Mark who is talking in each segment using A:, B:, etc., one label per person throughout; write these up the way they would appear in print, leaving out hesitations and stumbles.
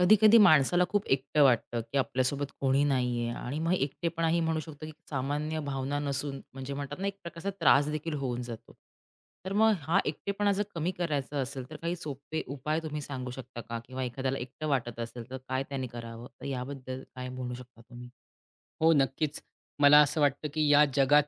A: कधी-कधी माणसाला खूप एकटं वाटतं, की आपल्यासोबत कोणी नाहीये आणि मग एकटेपणा ही म्हणू शकतो, की सामान्य भावना नसून म्हणजे म्हणतात ना, एक प्रकारचा त्रास देखील होऊन जातो. तर मग हा एकटेपणा जर कमी करायचा असेल, तर काही सोपे उपाय तुम्ही सांगू शकता का? किंवा एखाद्याला एकटं वाटत असेल, तर काय त्याने करावं? तर याबद्दल काय म्हणू शकता तुम्ही?
B: हो, नक्कीच. मला असं वाटतं, की या जगात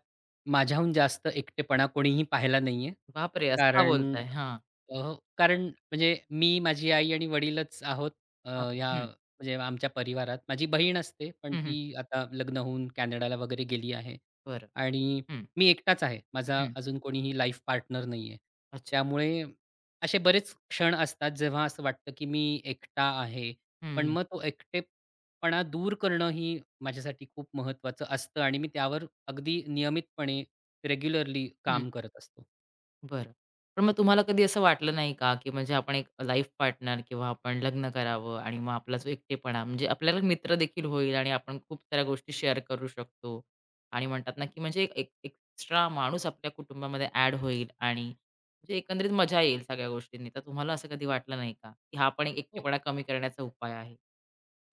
B: माझ्याहून जास्त एकटेपणा कोणीही पाहिला नाहीये.
A: बापरे! असं का
B: कारण
A: बोलताय? हां.
B: कारण म्हणजे मी, माझी आई आणि वडीलच आहोत, अ,
A: बापरे!
B: ह्या
A: हं.
B: म्हणजे आमच्या परिवारात. माझी बहीण असते, पण
A: हं, हं.
B: ती आता लग्न होऊन कॅनडाला वगैरे गेली आहे
A: बरं.
B: आणि
A: हं,
B: मी एकटाच आहे. माझा
A: हं.
B: अजून कोणीही लाईफ पार्टनर नाही आहे.
A: अच्छा.
B: त्यामुळे असे बरेच क्षण असतात, जेव्हा असं वाटतं की मी एकटा आहे.
A: हं,
B: पण
A: हं.
B: मग तो एकटेपणा दूर करणं ही माझ्यासाठी खूप महत्त्वाचं असतं आणि मी त्यावर अगदी नियमितपणे, रेग्युलरली काम करत असतो.
A: बरं. पण मग तुम्हाला कधी असं वाटलं नाही का, की म्हणजे आपण एक लाईफ पार्टनर किंवा आपण लग्न करावं आणि मग आपला जो एकटेपणा म्हणजे आपल्याला मित्र देखील होईल आणि आपण खूप साऱ्या गोष्टी शेअर करू शकतो आणि म्हणतात ना, की म्हणजे एक एक्स्ट्रा माणूस आपल्या कुटुंबामध्ये ॲड होईल आणि म्हणजे एकंदरीत मजा येईल सगळ्या गोष्टींनी. तर तुम्हाला असं कधी वाटलं नाही का, की हा पण एक
B: हो.
A: एकटेपणा कमी करण्याचा उपाय आहे?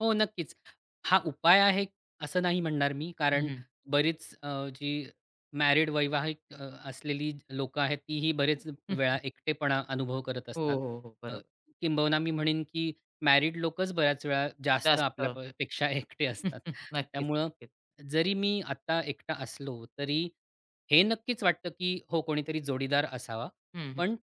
B: हो, नक्कीच. हा उपाय आहे असं नाही म्हणणार मी. कारण
A: हं,
B: बरीच जी मॅरिड वैवाहिक असलेली लोकं आहेत, तीही बरेच वेळा एकटेपणा अनुभव करत
A: हो,
B: असतात.
A: हो, हो.
B: अ,
A: बरोबर.
B: किंबहुना मी म्हणेन, की मॅरिड लोकच बऱ्याच वेळा जास्त
A: जास्त
B: आपल्या पेक्षा एकटे असतात.
A: नक्कीच,
B: त्यामुळं
A: नक्कीच.
B: जरी मी आता एकटा असलो, तरी हे नक्कीच वाटतं, की हो कोणीतरी जोडीदार असावा.
A: हं, हं.
B: पण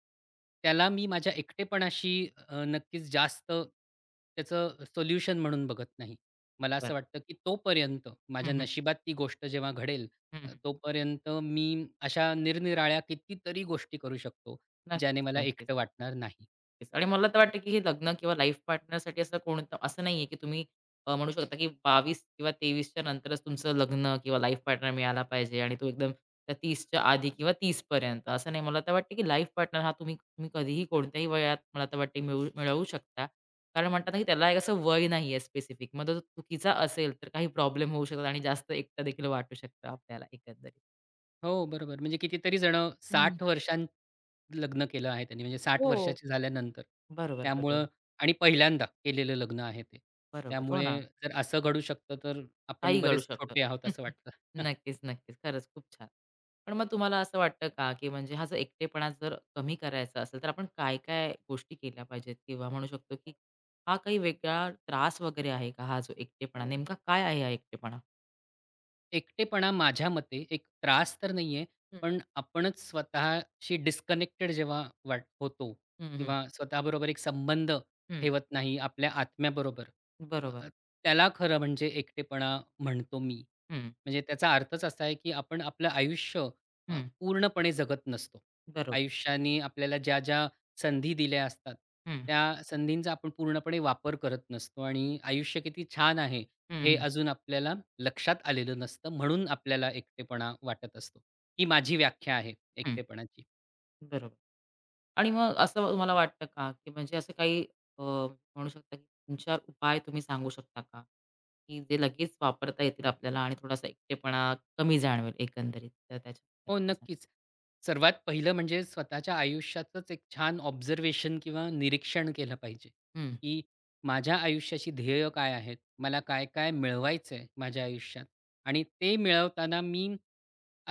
B: त्याला मी माझ्या एकटेपणाशी नक्कीच जास्त त्याचं सोल्युशन म्हणून बघत नाही. मला असं
A: बरं.
B: वाटतं, की तोपर्यंत
A: हं,
B: माझ्या
A: हं.
B: नशिबात ती गोष्ट जेव्हा घडेल,
A: हं, हं.
B: तोपर्यंत मी अशा निरनिराळ्या कितीतरी गोष्टी करू शकतो, ज्याने
A: नक्कीच,
B: मला
A: नक्कीच.
B: एकटं वाटणार नाही.
A: तेच. आणि मला तर वाटतं, की हे लग्न किंवा लाईफ पार्टनरसाठी असं कोणतं असं नाहीये, की तुम्ही म्हणू शकता, की 22 किंवा 23 च्या नंतरच तुमचं लग्न किंवा लाईफ पार्टनर मिळाला पाहिजे आणि तो एकदम त्या 30 च्या आधी किंवा 30 पर्यंत असं नाही. मला तर वाटतं, की लाईफ पार्टनर हा तुम्ही तुम्ही कधीही कोणत्याही वयात मला तर वाटते मिळवू मिळवू शकता. कारण म्हणतात ना, की त्याला एक असं वय नाहीये स्पेसिफिक. मग तो चुकीचा असेल, तर काही प्रॉब्लेम होऊ शकतात आणि जास्त एकटा देखील वाटू शकतं आपल्याला एकंदरीत.
B: हो, बरोबर. म्हणजे कितीतरी जणं
A: हं.
B: 60 वर्षां लग्न केलं आहे त्यांनी. म्हणजे 60
A: हो.
B: वर्षाची झाल्यानंतर.
A: बरोबर,
B: त्यामुळं
A: बरोबर.
B: आणि पहिल्यांदा केलेलं लग्न आहे ते.
A: बरोबर. हो
B: त्यामुळे
A: ना.
B: जर असं घडू शकतं, तर आपण
A: काही घडू
B: बरेच
A: शकतं.
B: छोटे आहोत असं वाटतं.
A: नक्कीच, नक्कीच. खरंच खूप छान. पण मग तुम्हाला असं वाटतं का, की म्हणजे हा जो एकटेपणा जर कमी करायचा असेल, तर आपण काय-काय गोष्टी केल्या पाहिजेत? किंवा म्हणू शकतो, की हा काही वेगळा त्रास वगैरे आहे का, हा जो एकटेपणा? नेमका काय आहे हा एकटेपणा?
B: एकटेपणा माझ्या मते एक त्रास तर नाहीये,
A: हं.
B: पण आपणच स्वतःशी डिस्कनेक्टेड जेव्हा वाट होतो
A: हं, हं.
B: किंवा स्वतःबरोबर एक संबंध
A: हं.
B: ठेवत नाही आपल्या आत्म्याबरोबर,
A: बरोबर.
B: अ, त्याला खरं म्हणजे एकटेपणा म्हणतो मी.
A: हं,
B: म्हणजे त्याचा अर्थच असा आहे, की आपण आपलं आयुष्य
A: हं.
B: पूर्णपणे जगत नसतो.
A: बरोबर.
B: आयुष्याने आपल्याला ज्या-ज्या संधी दिल्या असतात,
A: हं,
B: त्या संधींचा आपण पूर्णपणे वापर करत नसतो आणि आयुष्य किती छान आहे,
A: हं,
B: हे
A: हं.
B: अजून आपल्याला लक्षात आलेलं नसतं. म्हणून आपल्याला एकटेपणा वाटत असतो. ही माझी व्याख्या आहे
A: हं.
B: एकटेपणाची.
A: बरोबर. आणि मग असं तुम्हाला वाटतं का, की म्हणजे असं काही अ, म्हणू शकता, की 3-4 उपाय तुम्ही सांगू शकता का? की जे लगेच वापरता येतील आपल्याला आणि थोडासा एकटेपणा कमी जाणवेल एकंदरीत. तर त्याच्याबद्दल
B: हो,
A: काय सांगाल?
B: नक्कीच. सर्वात पहिलं म्हणजे स्वतःच्या आयुष्याचंच एक छान ऑब्झर्वेशन किंवा निरीक्षण केलं पाहिजे,
A: हं,
B: की माझ्या आयुष्याची ध्येय काय आहेत? मला काय-काय मिळवायचं आहे माझ्या आयुष्यात? आणि ते मिळवताना मी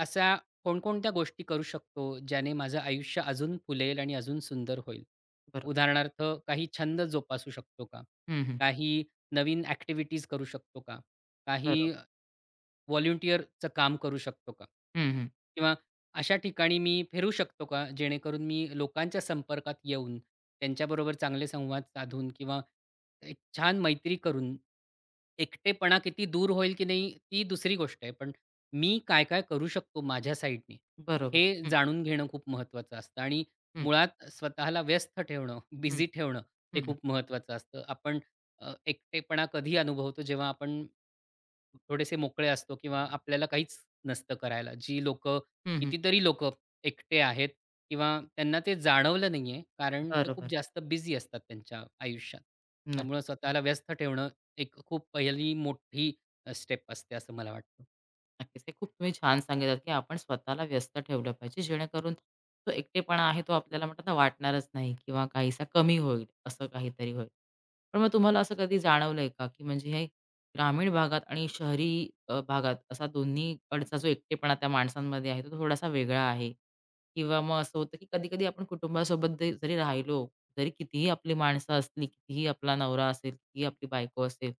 B: अशा कोणकोणत्या गोष्टी करू शकतो, ज्याने माझं आयुष्य अजून फुलेल आणि अजून सुंदर होईल?
A: बरोबर.
B: उदाहरणार्थ काही छंद जोपासू शकतो का?
A: हं, हं.
B: काही नवीन ॲक्टिव्हिटीज करू शकतो का? काही
A: बरोबर.
B: व्हॉलंटिअरचं काम करू शकतो का?
A: हं, हं.
B: किंवा अशा ठिकाणी मी फिरू शकतो का, जेणेकरून मी लोकांच्या संपर्कात येऊन, त्यांच्याबरोबर चांगले संवाद साधून किंवा एक छान मैत्री करून, एकटेपणा किती दूर होईल की नाही, ती दुसरी गोष्ट आहे. पण मी काय-काय करू शकतो माझ्या साईडने,
A: बरोबर.
B: हे
A: हं,
B: जाणून घेणं खूप महत्त्वाचं असतं आणि
A: हं,
B: मुळात स्वतःला व्यस्त ठेवणं,
A: हं,
B: बिझी ठेवणं, हे
A: हं.
B: खूप महत्त्वाचं असतं. आपण एकटेपणा कधी अनुभवतो जेव्हा आपण थोडेसे मोकळे असतो किंवा आपल्याला काहीच नसतं करायला. जी लोकं
A: हं, हं.
B: कितीतरी लोक एकटे आहेत किंवा त्यांना ते जाणवलं नाहीये कारण ते खूप
A: बरोबर.
B: जास्त बिझी असतात त्यांच्या आयुष्यात. त्यामुळं स्वतःला व्यस्त ठेवणं एक खूप पहिली मोठी स्टेप असते असं मला वाटतं.
A: नक्कीच. हे खूप तुम्ही छान सांगितलात, की आपण स्वतःला व्यस्त ठेवलं पाहिजे, जेणेकरून तो एकटेपणा आहे तो आपल्याला म्हणतात ना वाटणारच नाही किंवा काहीसा कमी होईल, असं काहीतरी होईल. पण मग तुम्हाला असं कधी जाणवलंय का, की म्हणजे हे ग्रामीण भागात आणि शहरी भागात असा दोन्हीकडचा जो एकटेपणा त्या माणसांमध्ये आहे, तो थोडासा वेगळा आहे? किंवा मग असं होतं, की कधी-कधी आपण कुटुंबासोबत जरी राहिलो, जरी कितीही आपली माणसं असली, कितीही आपला नवरा असेल, कितीही आपली बायको असेल,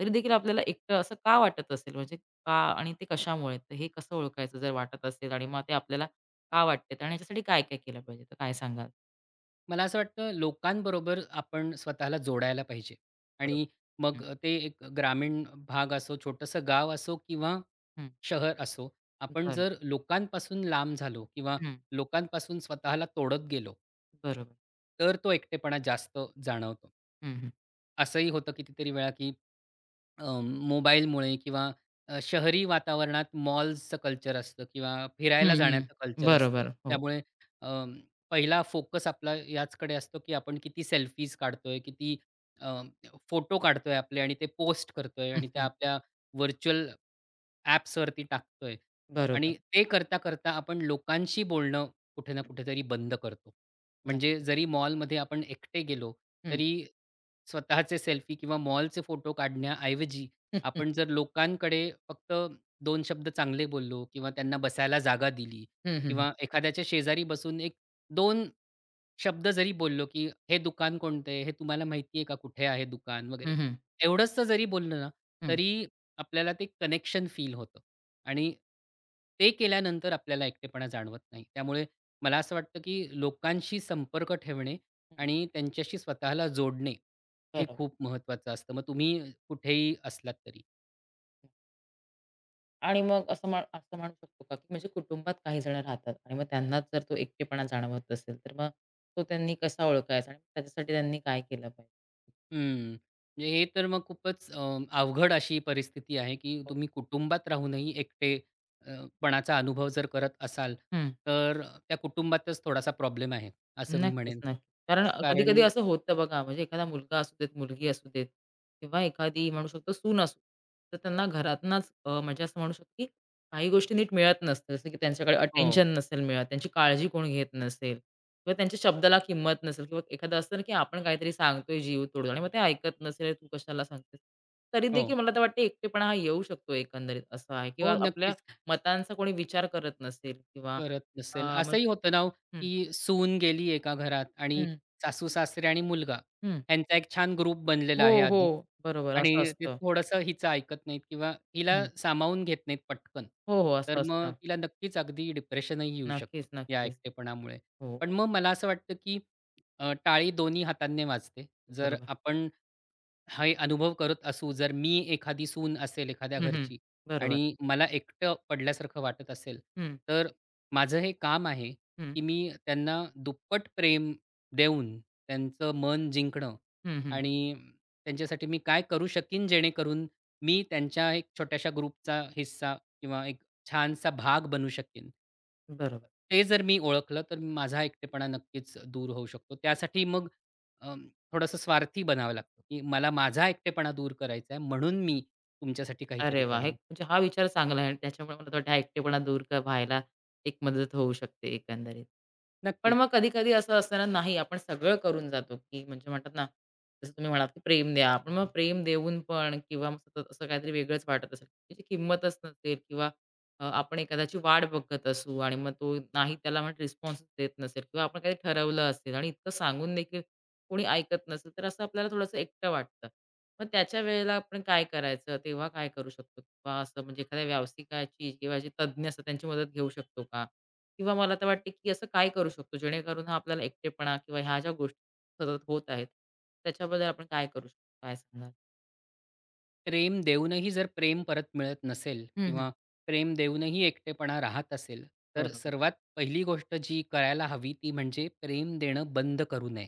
A: तरी देखील आपल्याला एकटं असं का वाटत असेल? म्हणजे का आणि ते कशामुळे? तर हे कसं ओळखायचं जर वाटत असेल आणि मग ते आपल्याला का वाटते आणि याच्यासाठी काय-काय केलं पाहिजे? तर काय सांगाल?
B: मला असं वाटतं लोकांबरोबर आपण स्वतःला जोडायला पाहिजे आणि
A: बरोबर.
B: मग
A: हं,
B: ते एक ग्रामीण भाग असो, छोटंसं गाव असो किंवा
A: हं.
B: शहर असो, आपण
A: बरं.
B: जर लोकांपासून लांब झालो किंवा
A: हं.
B: लोकांपासून स्वतःला तोडत गेलो
A: बरोबर.
B: तर तो एकटेपणा जास्त जाणवतो.
A: हं, हं.
B: असंही होतं कितीतरी वेळा, की मोबाईलमुळे किंवा शहरी वातावरणात मॉल्सचं कल्चर असतं किंवा
A: हं,
B: फिरायला
A: हं.
B: जाण्याचं कल्चर असतं.
A: बरोबर. हो.
B: त्यामुळे अं, पहिला फोकस आपला याचकडे असतो, की आपण किती सेल्फीज काढतोय, किती अ, फोटो काढतोय आपले आणि ते पोस्ट करतोय
A: हं,
B: आणि त्या
A: हं.
B: आपल्या व्हर्चुअल ॲप्सवरती टाकतोय. आणि
A: बरोबर.
B: ते करता-करता आपण लोकांशी बोलणं कुठे ना कुठेतरी बंद करतो. म्हणजे
A: नक्कीच.
B: जरी मॉलमध्ये आपण एकटे गेलो,
A: हं.
B: तरी स्वतःचे सेल्फी किंवा मॉलचे फोटो काढण्याऐवजी,
A: हं, हं.
B: आपण जर लोकांकडे फक्त दोन शब्द चांगले बोललो किंवा त्यांना बसायला जागा दिली
A: हं, हं.
B: किंवा एखाद्याच्या शेजारी बसून एक दोन शब्द जरी बोललो, की "हे दुकान कोणते हे तुम्हाला माहिती आहे का? कुठे आहे दुकान?" वगैरे.
A: हं, हं.
B: एवढंसं जरी बोललं ना,
A: हं,
B: तरी आपल्याला ते कनेक्शन फील होतं आणि ते केल्यानंतर आपल्याला एकटेपणा जाणवत नाही. त्यामुळे मला असं वाटतं, की लोकांशी संपर्क ठेवणे
A: हं.
B: आणि त्यांच्याशी स्वतःला जोडणे हे
A: बरोबर.
B: खूप महत्त्वाचं असतं. मग तुम्ही कुठेही असलात तरी.
A: आणि मग असं म्हणू शकतो का, की म्हणजे कुटुंबात काही जण राहतात आणि मग त्यांनाच जर तो एकटेपणा जाणवत असेल, तर मग तो त्यांनी कसा ओळखायचा आणि त्याच्यासाठी त्यांनी काय केलं पाहिजे?
B: हं. म्हणजे हे तर मग खूपच अवघड अशी परिस्थिती आहे, की तुम्ही कुटुंबात राहूनही एकटे अ, पणाचा अनुभव जर करत असाल,
A: हं.
B: तर त्या कुटुंबातच थोडासा प्रॉब्लेम आहे, असं मी
A: नक्कीच,
B: म्हणेन.
A: नक्कीच. कारण कधी-कधी
B: कारण
A: असं होतं बघा, म्हणजे एखादा मुलगा असू देत, मुलगी असू देत किंवा एखादी म्हणू शकतो सून असू तर त्यांना घरातनच म्हणजे असं म्हणू शकतो, की काही गोष्टी नीट मिळत नसतात. जसं की त्यांच्याकडे
B: हो,
A: अटेन्शन नसेल मिळत, त्यांची काळजी कोण घेत नसेल किंवा त्यांच्या शब्दाला किंमत नसेल किंवा एखादं असतं ना, की आपण काहीतरी सांगतोय जीव तोडून आणि मग ते ऐकत नसेल, "तू कशाला सांगतेस?" तरी देखील
B: हो.
A: मला तर वाटतं एकटेपणा हा येऊ शकतो एकंदरीत असं आहे
B: हो,
A: किंवा आपल्या
B: नक्कीच.
A: मतांचा कोणी विचार करत नसेल किंवा
B: करत नसेल.
A: मग
B: असंही होतं ना हो,
A: हं,
B: की सून गेली एका घरात आणि
A: हं,
B: सासू-सासरे आणि मुलगा
A: हं.
B: ह्यांचा एक छान ग्रुप बनलेला
A: हो,
B: आहे
A: हो.
B: आधीच
A: बरोबर
B: आणि
A: असं
B: ते
A: असतं.
B: थोडंसं हिचं ऐकत नाहीत किंवा हिला
A: हं.
B: सामावून घेत नाहीत पटकन.
A: हो, हो.
B: तर
A: असं
B: मग
A: असतं.
B: तिला नक्कीच अगदी डिप्रेशनही येऊ शकतं
A: नक्कीच,
B: या
A: नक्कीच.
B: एकटेपणामुळे.
A: हो,
B: पण मग मला असं वाटतं, की टाळी दोन्ही हातांनी वाजते. जर
A: बरोबर.
B: आपण हे अनुभव करत असू, जर मी एखादी सून असेल एखाद्या
A: हं, हं.
B: घरची
A: बरोबर.
B: आणि मला एकटं पडल्यासारखं वाटत असेल,
A: हं,
B: तर माझं हे काम आहे,
A: हं.
B: की मी त्यांना दुप्पट प्रेम देऊन त्यांचं मन जिंकणं
A: हं, हं.
B: आणि त्यांच्यासाठी मी काय करू शकीन जेणेकरून मी त्यांच्या एक छोट्याशा ग्रुपचा हिस्सा किंवा एक छानसा भाग बनू शकेन.
A: बरोबर.
B: ते जर मी ओळखलं, तर माझा एकटेपणा नक्कीच दूर होऊ शकतो. त्यासाठी मग थोडंसं स्वार्थी बनावं लागतं, की मला माझा एकटेपणा दूर करायचा आहे म्हणून मी तुमच्यासाठी काहीतरी
A: अरे वाह! हे
B: करेन.
A: म्हणजे हा विचार चांगला आहे आणि त्याच्यामुळे मला थोडा एकटेपणा दूर व्हायला एक मदत होऊ शकते एकंदरीत. पण
B: नक्कीच.
A: मग कधी-कधी असं असतं ना, नाही आपण सगळं करून जातो, की म्हणजे म्हणतात ना, जसं तुम्ही म्हणालात, की प्रेम द्या. पण मग प्रेम देऊन पण किंवा मग सतत असं काहीतरी वेगळंच वाटत असेल, त्याची किंमतच नसेल किंवा आपण एखाद्याची वाट बघत असू आणि मग तो नाही त्याला म्हणून रिस्पॉन्स देत नसेल किंवा आपण काही ठरवलं असेल आणि इतकं सांगून देखील कोणी ऐकत नसेल, तर असं आपल्याला थोडंसं एकटं वाटतं. मग त्याच्या वेळेला आपण काय करायचं? तेव्हा काय करू शकतो? किंवा असं म्हणजे एखाद्या व्यावसायिकाची किंवा जे तज्ञ असतात त्यांची मदत घेऊ शकतो का? किंवा मला तर वाटते, की असं काय करू शकतो, जेणेकरून हा आपल्याला एकटेपणा किंवा ह्या ज्या गोष्टी सतत होत आहेत, त्याच्याबद्दल आपण काय करू शकतो? काय सांगाल?
B: प्रेम देऊनही जर प्रेम परत मिळत नसेल
A: हं, हं.
B: किंवा प्रेम देऊनही एकटेपणा राहत असेल, तर
A: बरोबर,
B: सर्वात पहिली गोष्ट जी करायला हवी ती म्हणजे प्रेम देणं बंद करू नये.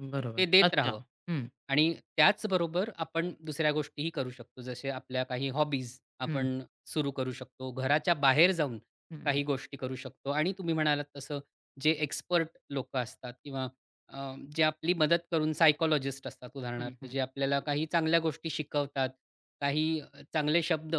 A: बरोबर.
B: ते देत
A: अच्छा.
B: राहावं
A: हं,
B: आणि त्याचबरोबर आपण दुसऱ्या गोष्टीही करू शकतो. जसे आपल्या काही हॉबीज
A: हं,
B: आपण सुरू करू शकतो. घराच्या बाहेर जाऊन
A: हं,
B: काही गोष्टी करू शकतो आणि तुम्ही म्हणालात तसं जे एक्सपर्ट लोकं असतात किंवा जे आपली मदत करून सायकॉलॉजिस्ट असतात
A: हं,
B: उदाहरणार्थ,
A: हं,
B: जे आपल्याला काही चांगल्या गोष्टी शिकवतात, काही चांगले शब्द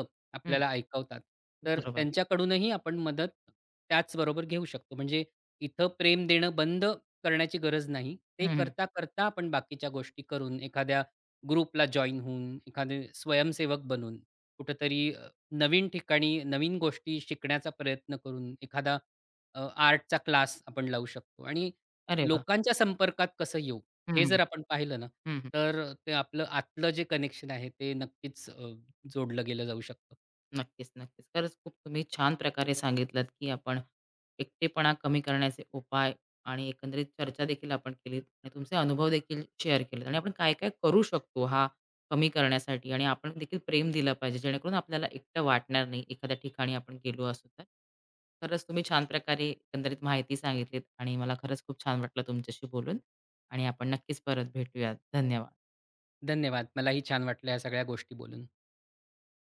A: हं,
B: आपल्याला ऐकवतात. तर
A: बरोबर.
B: त्यांच्याकडूनही आपण मदत त्याचबरोबर घेऊ शकतो. म्हणजे इथं प्रेम देणं बंद करण्याची गरज नाही.
A: हं,
B: ते
A: हं.
B: करता-करता आपण बाकीच्या गोष्टी करून, एखाद्या ग्रुपला जॉइन होऊन, एखादे स्वयंसेवक बनून, कुठेतरी नवीन ठिकाणी नवीन गोष्टी शिकण्याचा प्रयत्न करून, एखादा आर्टचा क्लास आपण लावू शकतो आणि
A: अरे वाह!
B: लोकांच्या संपर्कात कसं येऊ?
A: हं,
B: हे
A: हं.
B: जर आपण पाहिलं ना,
A: हं, हं.
B: तर ते आपलं आतलं जे कनेक्शन आहे ते नक्कीच जोडलं गेलं जाऊ शकतं.
A: नक्कीच, नक्कीच. खरंच खूप तुम्ही छान प्रकारे सांगितलत, की आपण एकटेपणा कमी करण्याचे उपाय आणि एकंदरीत चर्चा देखील आपण केलीत आणि तुमचे अनुभव देखील शेअर केलेत आणि आपण काय-काय करू शकतो हा कमी करण्यासाठी आणि आपण देखील प्रेम दिलं पाहिजे, जेणेकरून आपल्याला एकटं वाटणार नाही एखाद्या ठिकाणी आपण गेलो असू तर. खरंच तुम्ही छान प्रकारे एकंदरीत माहिती सांगितलीत आणि मला खरंच खूप छान वाटलं तुमच्याशी बोलून आणि आपण नक्कीच परत भेटूयात. धन्यवाद.
B: धन्यवाद. मलाही छान वाटलं ह्या सगळ्या गोष्टी बोलून.